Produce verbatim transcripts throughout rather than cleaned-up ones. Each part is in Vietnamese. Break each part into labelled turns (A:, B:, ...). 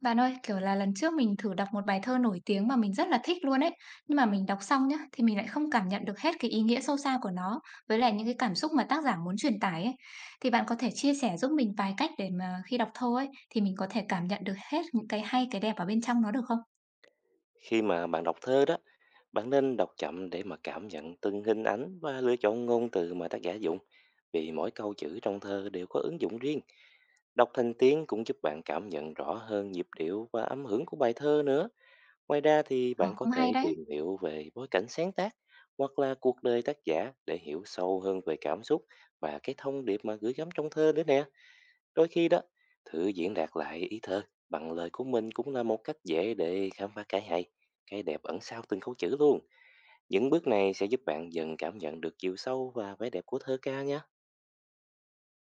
A: Bạn ơi, kiểu là, lần trước mình thử đọc một bài thơ nổi tiếng mà mình rất là thích luôn ấy, nhưng mà mình đọc xong nhá, thì mình lại không cảm nhận được hết cái ý nghĩa sâu xa của nó, với lại những cái cảm xúc mà tác giả muốn truyền tải ấy. Thì bạn có thể chia sẻ giúp mình vài cách để mà khi đọc thơ ấy, thì mình có thể cảm nhận được hết những cái hay, cái đẹp ở bên trong nó được không?
B: Khi mà bạn đọc thơ đó, bạn nên đọc chậm để mà cảm nhận từng hình ảnh và lựa chọn ngôn từ mà tác giả dùng. Vì mỗi câu chữ trong thơ đều có ứng dụng riêng. Đọc thành tiếng cũng giúp bạn cảm nhận rõ hơn nhịp điệu và âm hưởng của bài thơ nữa. Ngoài ra thì
A: Ờ,
B: bạn có
A: cũng hay
B: thể
A: đấy.
B: tìm hiểu về bối cảnh sáng tác hoặc là cuộc đời tác giả để hiểu sâu hơn về cảm xúc và cái thông điệp mà gửi gắm trong thơ nữa nè. Đôi khi đó, thử diễn đạt lại ý thơ bằng lời của mình cũng là một cách dễ để khám phá cái hay, cái đẹp ẩn sau từng câu chữ luôn. Những bước này sẽ giúp bạn dần cảm nhận được chiều sâu và vẻ đẹp của thơ ca nhé.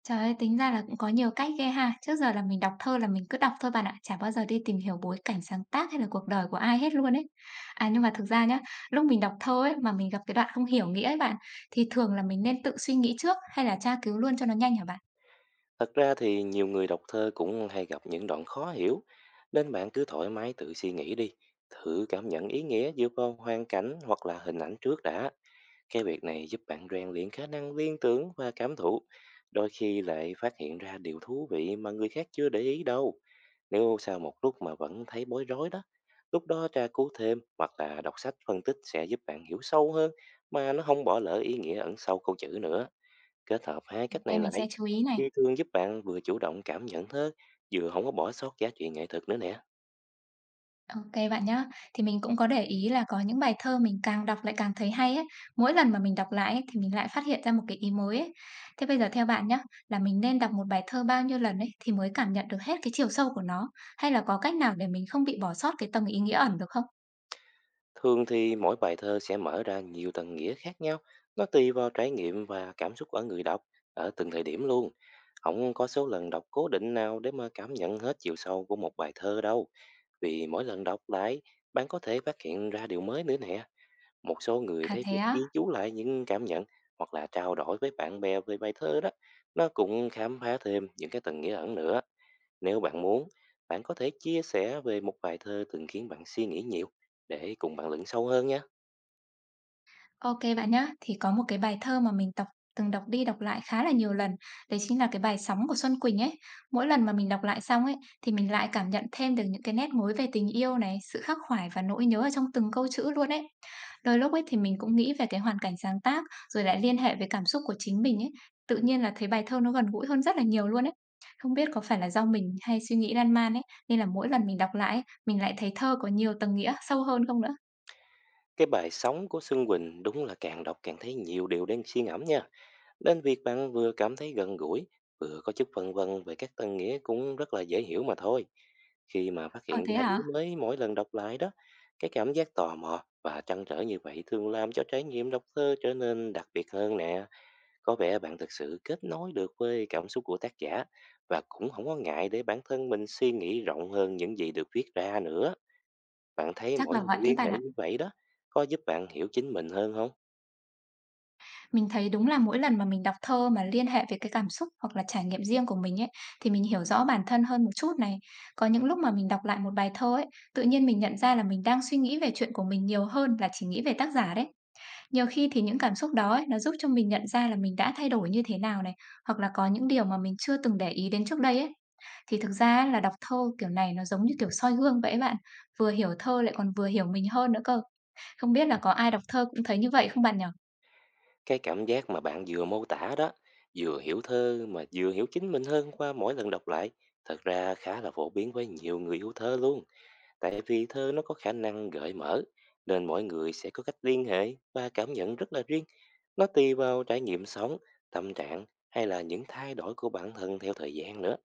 A: Trời ơi, tính ra là cũng có nhiều cách ghê ha. Trước giờ là mình đọc thơ là mình cứ đọc thôi bạn ạ, chả bao giờ đi tìm hiểu bối cảnh sáng tác hay là cuộc đời của ai hết luôn ấy. À, nhưng mà thực ra nhá, lúc mình đọc thơ ấy, mà mình gặp cái đoạn không hiểu nghĩa ấy bạn, thì thường là mình nên tự suy nghĩ trước hay là tra cứu luôn cho nó nhanh hả bạn?
B: Thật ra thì nhiều người đọc thơ cũng hay gặp những đoạn khó hiểu, nên bạn cứ thoải mái tự suy nghĩ đi, thử cảm nhận ý nghĩa dựa vào hoàn cảnh hoặc là hình ảnh trước đã. Cái việc này giúp bạn rèn luyện khả năng liên tưởng và cảm thụ, đôi khi lại phát hiện ra điều thú vị mà người khác chưa để ý đâu. Nếu sau một lúc mà vẫn thấy bối rối đó, lúc đó tra cứu thêm hoặc là đọc sách phân tích sẽ giúp bạn hiểu sâu hơn mà nó không bỏ lỡ ý nghĩa ẩn sau câu chữ nữa. Kết hợp hai cách
A: Đây
B: này
A: mình sẽ
B: lại
A: chú ý này.
B: thì thường giúp bạn vừa chủ động cảm nhận thơ, vừa không có bỏ sót giá trị nghệ thuật nữa nè.
A: OK bạn nhá. Thì mình cũng có để ý là có những bài thơ mình càng đọc lại càng thấy hay ấy, mỗi lần mà mình đọc lại ấy, thì mình lại phát hiện ra một cái ý mới ấy. Thế bây giờ theo bạn nhá, là mình nên đọc một bài thơ bao nhiêu lần ấy thì mới cảm nhận được hết cái chiều sâu của nó, hay là có cách nào để mình không bị bỏ sót cái tầng ý nghĩa ẩn được không?
B: Thường thì mỗi bài thơ sẽ mở ra nhiều tầng nghĩa khác nhau, nó tùy vào trải nghiệm và cảm xúc ở người đọc ở từng thời điểm luôn. Không có số lần đọc cố định nào để mà cảm nhận hết chiều sâu của một bài thơ đâu. Vì mỗi lần đọc lại, bạn có thể phát hiện ra điều mới nữa nè. Một số người
A: À
B: thấy
A: thế
B: việc
A: á?
B: ghi chú lại những cảm nhận hoặc là trao đổi với bạn bè về bài thơ đó, nó cũng khám phá thêm những cái tầng nghĩa ẩn nữa. Nếu bạn muốn, bạn có thể chia sẻ về một bài thơ từng khiến bạn suy nghĩ nhiều để cùng bạn lẫn sâu hơn nhé.
A: OK bạn nhá. Thì có một cái bài thơ mà mình đọc từng đọc đi đọc lại khá là nhiều lần, đấy chính là cái bài "Sóng" của Xuân Quỳnh ấy. Mỗi lần mà mình đọc lại xong ấy, thì mình lại cảm nhận thêm được những cái nét mối về tình yêu này, sự khắc khoải và nỗi nhớ ở trong từng câu chữ luôn ấy. Đôi lúc ấy thì mình cũng nghĩ về cái hoàn cảnh sáng tác, rồi lại liên hệ với cảm xúc của chính mình ấy, tự nhiên là thấy bài thơ nó gần gũi hơn rất là nhiều luôn ấy. Không biết có phải là do mình hay suy nghĩ lan man ấy, nên là mỗi lần mình đọc lại ấy, mình lại thấy thơ có nhiều tầng nghĩa sâu hơn không nữa?
B: Cái bài Sống của Xuân Quỳnh đúng là càng đọc càng thấy nhiều điều đang suy ngẫm nha. Nên việc bạn vừa cảm thấy gần gũi, vừa có chút phân vân về các tân nghĩa cũng rất là dễ hiểu mà thôi. Khi mà phát
A: Ờ,
B: hiện
A: thế
B: ra ý
A: hả?
B: mới mỗi lần đọc lại đó, cái cảm giác tò mò và trăn trở như vậy thường làm cho trải nghiệm đọc thơ trở nên đặc biệt hơn nè. Có vẻ bạn thực sự kết nối được với cảm xúc của tác giả và cũng không có ngại để bản thân mình suy nghĩ rộng hơn những gì được viết ra nữa. Bạn thấy
A: Chắc
B: mỗi
A: là
B: lần
A: vậy đấy
B: liên
A: bạn
B: hệ
A: ạ.
B: như vậy đó, có giúp bạn hiểu chính mình hơn không?
A: Mình thấy đúng là mỗi lần mà mình đọc thơ mà liên hệ với cái cảm xúc hoặc là trải nghiệm riêng của mình ấy, thì mình hiểu rõ bản thân hơn một chút này. Có những lúc mà mình đọc lại một bài thơ ấy, tự nhiên mình nhận ra là mình đang suy nghĩ về chuyện của mình nhiều hơn là chỉ nghĩ về tác giả đấy. Nhiều khi thì những cảm xúc đó ấy, nó giúp cho mình nhận ra là mình đã thay đổi như thế nào này, hoặc là có những điều mà mình chưa từng để ý đến trước đây ấy. Thì thực ra ấy, là đọc thơ kiểu này nó giống như kiểu soi gương vậy ấy bạn, vừa hiểu thơ lại còn vừa hiểu mình hơn nữa cơ. Không biết là có ai đọc thơ cũng thấy như vậy không bạn nhỉ?
B: Cái cảm giác mà bạn vừa mô tả đó, vừa hiểu thơ mà vừa hiểu chính mình hơn qua mỗi lần đọc lại, thật ra khá là phổ biến với nhiều người yêu thơ luôn. Tại vì thơ nó có khả năng gợi mở, nên mỗi người sẽ có cách liên hệ và cảm nhận rất là riêng. Nó tùy vào trải nghiệm sống, tâm trạng hay là những thay đổi của bản thân theo thời gian nữa.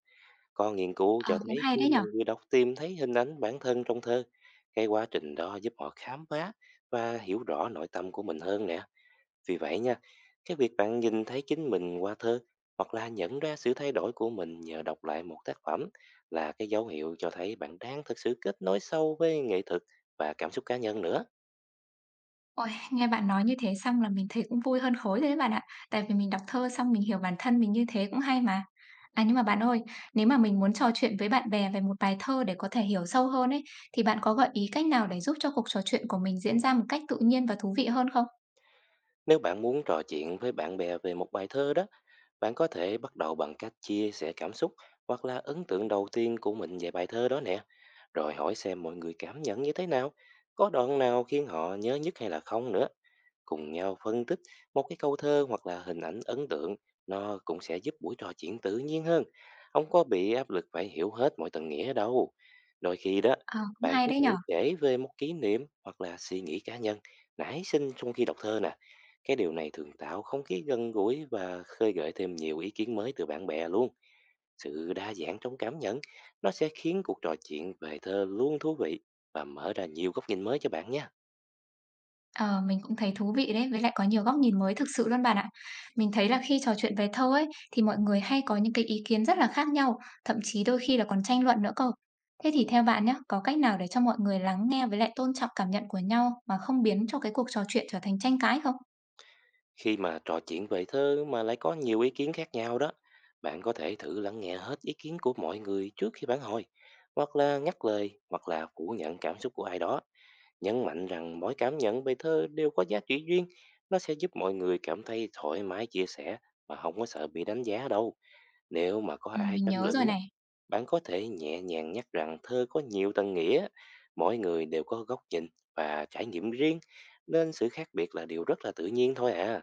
B: Có nghiên cứu
A: Ờ,
B: cho
A: cũng
B: thấy
A: hay
B: khi
A: đấy nhỉ?
B: mà người đọc tìm thấy hình ảnh bản thân trong thơ, cái quá trình đó giúp họ khám phá và hiểu rõ nội tâm của mình hơn nè, vì vậy nha, cái việc bạn nhìn thấy chính mình qua thơ hoặc là nhận ra sự thay đổi của mình nhờ đọc lại một tác phẩm là cái dấu hiệu cho thấy bạn đang thực sự kết nối sâu với nghệ thuật và cảm xúc cá nhân nữa.
A: Ôi, nghe bạn nói như thế xong là mình thấy cũng vui hơn khối rồi đấy bạn ạ. Tại vì mình đọc thơ xong mình hiểu bản thân mình như thế cũng hay mà. À, nhưng mà bạn ơi, nếu mà mình muốn trò chuyện với bạn bè về một bài thơ để có thể hiểu sâu hơn ấy, thì bạn có gợi ý cách nào để giúp cho cuộc trò chuyện của mình diễn ra một cách tự nhiên và thú vị hơn không?
B: Nếu bạn muốn trò chuyện với bạn bè về một bài thơ đó, bạn có thể bắt đầu bằng cách chia sẻ cảm xúc hoặc là ấn tượng đầu tiên của mình về bài thơ đó nè, rồi hỏi xem mọi người cảm nhận như thế nào, có đoạn nào khiến họ nhớ nhất hay là không nữa. Cùng nhau phân tích một cái câu thơ hoặc là hình ảnh ấn tượng, nó cũng sẽ giúp buổi trò chuyện tự nhiên hơn, không có bị áp lực phải hiểu hết mọi tầng nghĩa đâu. Đôi khi đó,
A: Ờ, cũng
B: bạn
A: hay
B: có
A: đấy
B: thể
A: nhở.
B: kể về một kỷ niệm hoặc là suy nghĩ cá nhân nảy sinh trong khi đọc thơ nè. Cái điều này thường tạo không khí gần gũi và khơi gợi thêm nhiều ý kiến mới từ bạn bè luôn. Sự đa dạng trong cảm nhận, nó sẽ khiến cuộc trò chuyện về thơ luôn thú vị và mở ra nhiều góc nhìn mới cho bạn nhé.
A: Ờ, mình cũng thấy thú vị đấy, với lại có nhiều góc nhìn mới thực sự luôn bạn ạ. Mình thấy là khi trò chuyện về thơ ấy thì mọi người hay có những cái ý kiến rất là khác nhau, thậm chí đôi khi là còn tranh luận nữa cơ. Thế thì theo bạn nhé, có cách nào để cho mọi người lắng nghe với lại tôn trọng cảm nhận của nhau mà không biến cho cái cuộc trò chuyện trở thành tranh cãi không?
B: Khi mà trò chuyện về thơ mà lại có nhiều ý kiến khác nhau đó, bạn có thể thử lắng nghe hết ý kiến của mọi người trước khi phản hồi, hoặc là ngắt lời, hoặc là phủ nhận cảm xúc của ai đó. Nhấn mạnh rằng mỗi cảm nhận về thơ đều có giá trị riêng, nó sẽ giúp mọi người cảm thấy thoải mái chia sẻ mà không có sợ bị đánh giá đâu. Nếu mà có
A: Ừ,
B: ai
A: mình
B: tranh
A: nhớ rồi
B: luận đó,
A: này.
B: bạn có thể nhẹ nhàng nhắc rằng thơ có nhiều tầng nghĩa, mỗi người đều có góc nhìn và trải nghiệm riêng, nên sự khác biệt là điều rất là tự nhiên thôi à.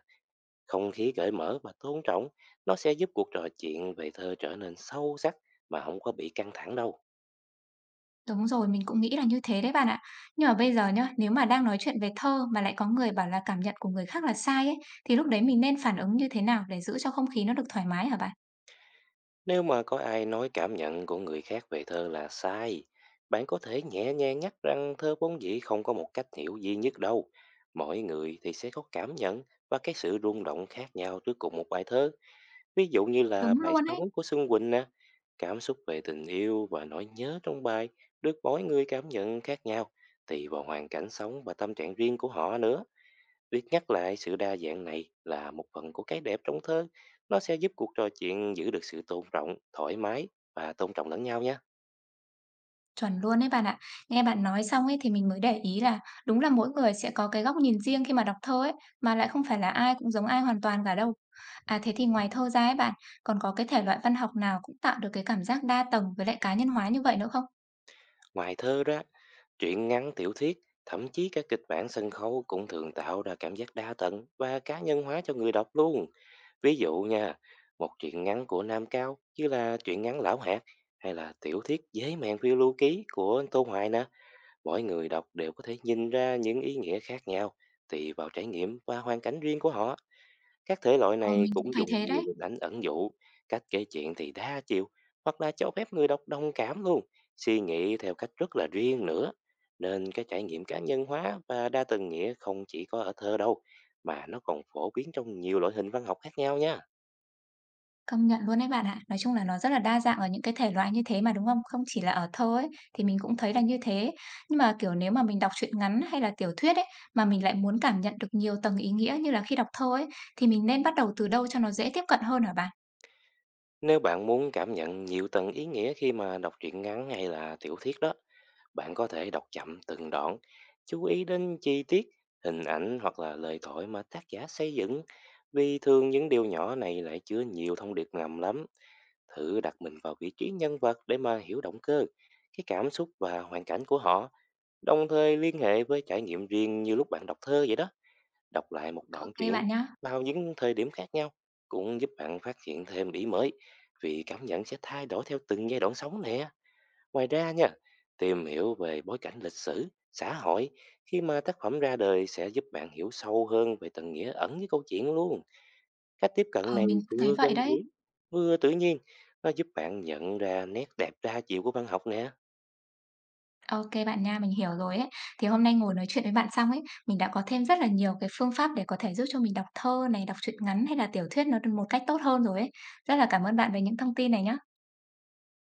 B: Không khí cởi mở và tôn trọng, nó sẽ giúp cuộc trò chuyện về thơ trở nên sâu sắc mà không có bị căng thẳng đâu.
A: Đúng rồi, mình cũng nghĩ là như thế đấy bạn ạ. Nhưng mà bây giờ nhá, nếu mà đang nói chuyện về thơ mà lại có người bảo là cảm nhận của người khác là sai ấy, thì lúc đấy mình nên phản ứng như thế nào để giữ cho không khí nó được thoải mái hả bạn?
B: Nếu mà có ai nói cảm nhận của người khác về thơ là sai, bạn có thể nhẹ nhàng nhắc rằng thơ vốn dĩ không có một cách hiểu duy nhất đâu. Mỗi người thì sẽ có cảm nhận và cái sự rung động khác nhau trước cùng một bài thơ. Ví dụ như là
A: Đúng
B: bài
A: luôn ấy.
B: Sống của Xuân Quỳnh nè, cảm xúc về tình yêu và nỗi nhớ trong bài được mỗi người cảm nhận khác nhau tùy vào hoàn cảnh sống và tâm trạng riêng của họ nữa. Việc nhắc lại sự đa dạng này là một phần của cái đẹp trong thơ. Nó sẽ giúp cuộc trò chuyện giữ được sự tôn trọng, thoải mái và tôn trọng lẫn nhau nhé.
A: Chuẩn luôn ấy bạn ạ. Nghe bạn nói xong ấy thì mình mới để ý là đúng là mỗi người sẽ có cái góc nhìn riêng khi mà đọc thơ ấy, mà lại không phải là ai cũng giống ai hoàn toàn cả đâu. À, thế thì ngoài thơ ra ấy bạn, còn có cái thể loại văn học nào cũng tạo được cái cảm giác đa tầng với lại cá nhân hóa như vậy nữa không?
B: Ngoài thơ ra, truyện ngắn, tiểu thuyết, thậm chí các kịch bản sân khấu cũng thường tạo ra cảm giác đa tận và cá nhân hóa cho người đọc luôn. Ví dụ nha, một truyện ngắn của Nam Cao như là truyện ngắn Lão Hạt hay là tiểu thuyết Dế mèn phiêu lưu ký của Tô Hoài nè. Mỗi người đọc đều có thể nhìn ra những ý nghĩa khác nhau tùy vào trải nghiệm và hoàn cảnh riêng của họ. Các thể loại
A: Ờ,
B: này
A: mình cũng
B: cũng
A: thấy
B: dùng
A: thế
B: nhiều
A: đấy.
B: hình ảnh ẩn dụ, cách kể chuyện thì đa chiều, hoặc là cho phép người đọc đồng cảm luôn, suy nghĩ theo cách rất là riêng nữa. Nên cái trải nghiệm cá nhân hóa và đa tầng nghĩa không chỉ có ở thơ đâu, mà nó còn phổ biến trong nhiều loại hình văn học khác nhau nha.
A: Công nhận luôn đấy bạn ạ. Nói chung là nó rất là đa dạng ở những cái thể loại như thế mà, đúng không? Không chỉ là ở thơ ấy, thì mình cũng thấy là như thế. Nhưng mà, kiểu, nếu mà mình đọc truyện ngắn hay là tiểu thuyết ấy, mà mình lại muốn cảm nhận được nhiều tầng ý nghĩa như là khi đọc thơ ấy, thì mình nên bắt đầu từ đâu cho nó dễ tiếp cận hơn hả bạn?
B: Nếu bạn muốn cảm nhận nhiều tầng ý nghĩa khi mà đọc truyện ngắn hay là tiểu thuyết đó, bạn có thể đọc chậm từng đoạn, chú ý đến chi tiết, hình ảnh hoặc là lời thoại mà tác giả xây dựng. Vì thường những điều nhỏ này lại chứa nhiều thông điệp ngầm lắm. Thử đặt mình vào vị trí nhân vật để mà hiểu động cơ, cái cảm xúc và hoàn cảnh của họ, đồng thời liên hệ với trải nghiệm riêng như lúc bạn đọc thơ vậy đó. Đọc lại một đoạn
A: OK
B: truyện
A: bạn nhá.
B: vào những thời điểm khác nhau cũng giúp bạn phát hiện thêm điểm mới vì cảm nhận sẽ thay đổi theo từng giai đoạn sống nè. Ngoài ra nha, tìm hiểu về bối cảnh lịch sử, xã hội khi mà tác phẩm ra đời sẽ giúp bạn hiểu sâu hơn về tầng nghĩa ẩn với câu chuyện luôn. Cách tiếp cận
A: Ờ,
B: này
A: mình cũng thấy
B: vừa
A: vậy
B: gần gũi,
A: đấy.
B: vừa tự nhiên, nó giúp bạn nhận ra nét đẹp đa chiều của văn học nè.
A: OK bạn nha, mình hiểu rồi ấy. Thì hôm nay ngồi nói chuyện với bạn xong ấy, mình đã có thêm rất là nhiều cái phương pháp để có thể giúp cho mình đọc thơ này, đọc truyện ngắn hay là tiểu thuyết nó được một cách tốt hơn rồi ấy. Rất là cảm ơn bạn về những thông tin này nhá.